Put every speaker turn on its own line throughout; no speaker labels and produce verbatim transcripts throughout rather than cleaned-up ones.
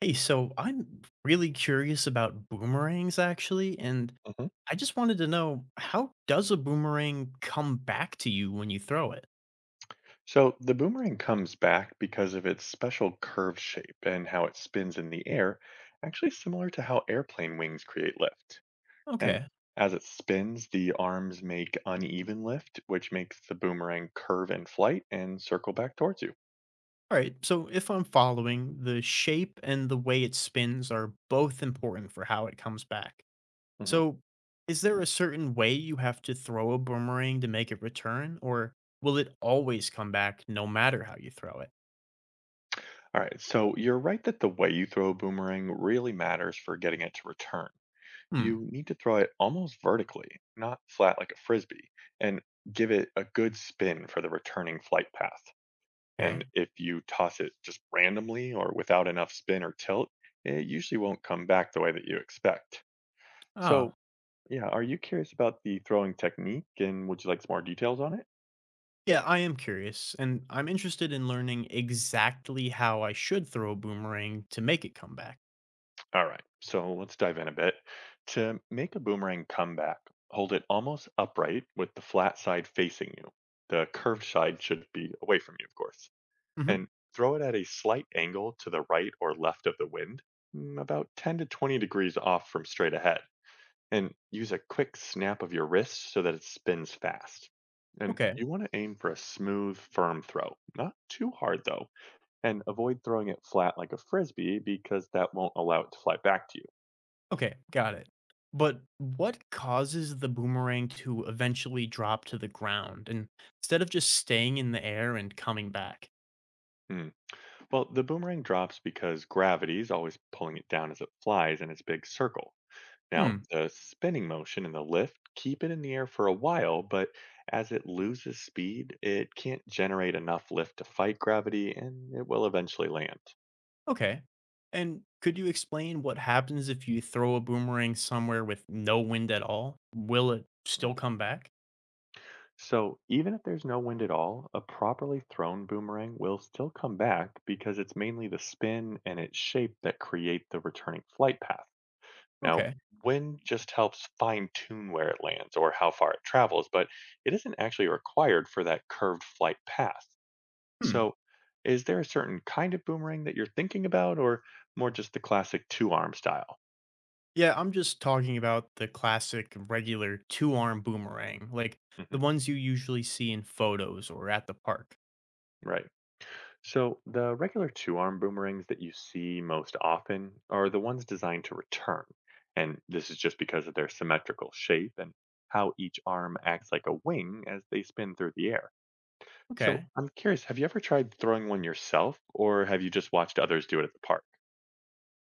Hey, so I'm really curious about boomerangs actually, and
Mhm.
I just wanted to know, how does a boomerang come back to you when you throw it?
So the boomerang comes back because of its special curved shape and how it spins in the air, actually similar to how airplane wings create lift. And
Okay.
as it spins, the arms make uneven lift, which makes the boomerang curve in flight and circle back towards you.
All right. So if I'm following, the shape and the way it spins are both important for how it comes back.
Mhm.
So is there a certain way you have to throw a boomerang to make it return, or will it always come back no matter how you throw it?
All right, so you're right that the way you throw a boomerang really matters for getting it to return.
Hmm.
You need to throw it almost vertically, not flat like a frisbee, and give it a good spin for the returning flight path. And
Okay.
if you toss it just randomly or without enough spin or tilt, it usually won't come back the way that you expect.
Oh.
So, yeah, are you curious about the throwing technique and would you like some more details on it?
Yeah, I am curious, and I'm interested in learning exactly how I should throw a boomerang to make it come back.
All right, so let's dive in a bit. To make a boomerang come back, hold it almost upright with the flat side facing you. The curved side should be away from you, of course.
Hmm.
And throw it at a slight angle to the right or left of the wind, mm, about ten to twenty degrees off from straight ahead. And use a quick snap of your wrist so that it spins fast. And
Okay,
you want to aim for a smooth, firm throw, not too hard though, and avoid throwing it flat like a frisbee because that won't allow it to fly back to you.
okay, got it. But what causes the boomerang to eventually drop to the ground and instead of just staying in the air and coming back?
Hmm. Well, the boomerang drops because gravity is always pulling it down as it flies in its big circle. Now,
Hmm,
the spinning motion in the lift keep it in the air for a while, but as it loses speed, it can't generate enough lift to fight gravity and it will eventually land.
okay. And could you explain what happens if you throw a boomerang somewhere with no wind at all? Will it still
Mm.
come back?
So, even if there's no wind at all, a properly thrown boomerang will still come back because it's mainly the spin and its shape that create the returning flight path. Now,
Okay.
wind just helps fine tune where it lands or how far it travels, but it isn't actually required for that curved flight path.
Hmm.
So, is there a certain kind of boomerang that you're thinking about, or more just the classic two arm style?
Yeah, I'm just talking about the classic regular two arm boomerang, like
Hmm.
the ones you usually see in photos or at the park.
Right. So, the regular two arm boomerangs that you see most often are the ones designed to return. And this is just because of their symmetrical shape and how each arm acts like a wing as they spin through the air. So
Okay.
I'm curious, have you ever tried throwing one yourself, or have you just watched others do it at the park?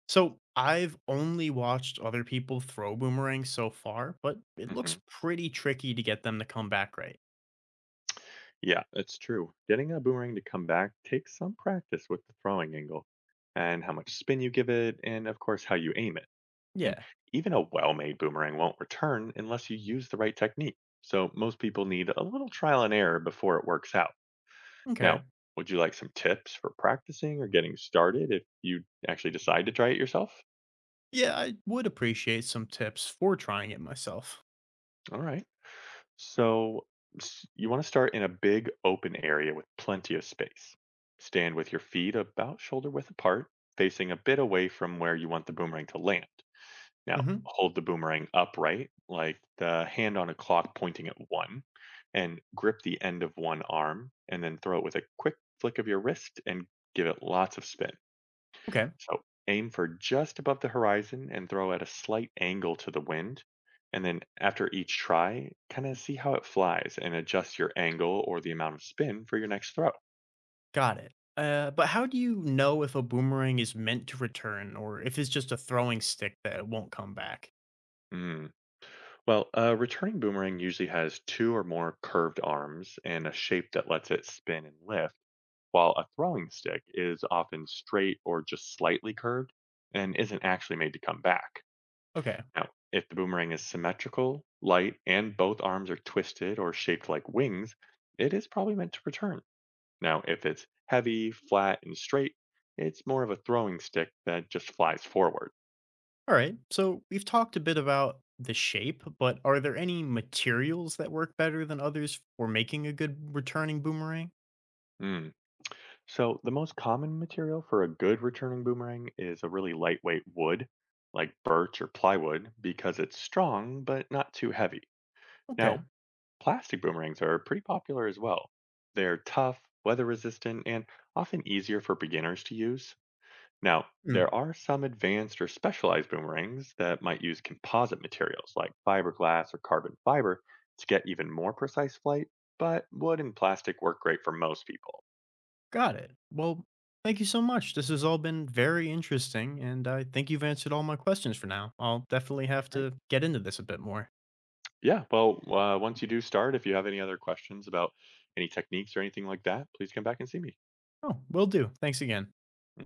So I've only watched other people throw boomerangs so far, but it
Hmm.
looks pretty tricky to get them to come back right.
Yeah, that's true. Getting a boomerang to come back takes some practice with the throwing angle, and how much spin you give it, and of course, how you aim it. And
Yeah.
even a well made boomerang won't return unless you use the right technique. So most people need a little trial and error before it works out. Now,
Okay.
would you like some tips for practicing or getting started if you actually decide to try it yourself?
Yeah, I would appreciate some tips for trying it myself.
All right. So s- you want to start in a big open area with plenty of space. Stand with your feet about shoulder width apart, facing a bit away from where you want the boomerang to land. Now,
Hmm.
hold the boomerang upright, like the hand on a clock pointing at one, and grip the end of one arm, and then throw it with a quick flick of your wrist and give it lots of spin.
Okay.
So aim for just above the horizon and throw at a slight angle to the wind. And then after each try, kind of see how it flies and adjust your angle or the amount of spin for your next throw.
Got it. Uh, but how do you know if a boomerang is meant to return, or if it's just a throwing stick that won't come back?
Mm. Well, a returning boomerang usually has two or more curved arms and a shape that lets it spin and lift, while a throwing stick is often straight or just slightly curved and isn't actually made to come back.
Okay.
Now, if the boomerang is symmetrical, light, and both arms are twisted or shaped like wings, it is probably meant to return. Now, if it's heavy, flat, and straight, it's more of a throwing stick that just flies forward.
All right. So we've talked a bit about the shape, but are there any materials that work better than others for making a good returning boomerang?
Mm. So, the most common material for a good returning boomerang is a really lightweight wood, like birch or plywood, because it's strong but not too heavy.
Okay.
Now, plastic boomerangs are pretty popular as well. They're tough, weather resistant, and often easier for beginners to use. Now, there
Hmm.
are some advanced or specialized boomerangs that might use composite materials like fiberglass or carbon fiber to get even more precise flight, but wood and plastic work great for most people.
Got it. Well, thank you so much. This has all been very interesting, and I think you've answered all my questions for now. I'll definitely have
Right.
to get into this a bit more.
Yeah. Well, uh, once you do start, if you have any other questions about any techniques or anything like that, please come back and see me.
Oh, will do. Thanks again.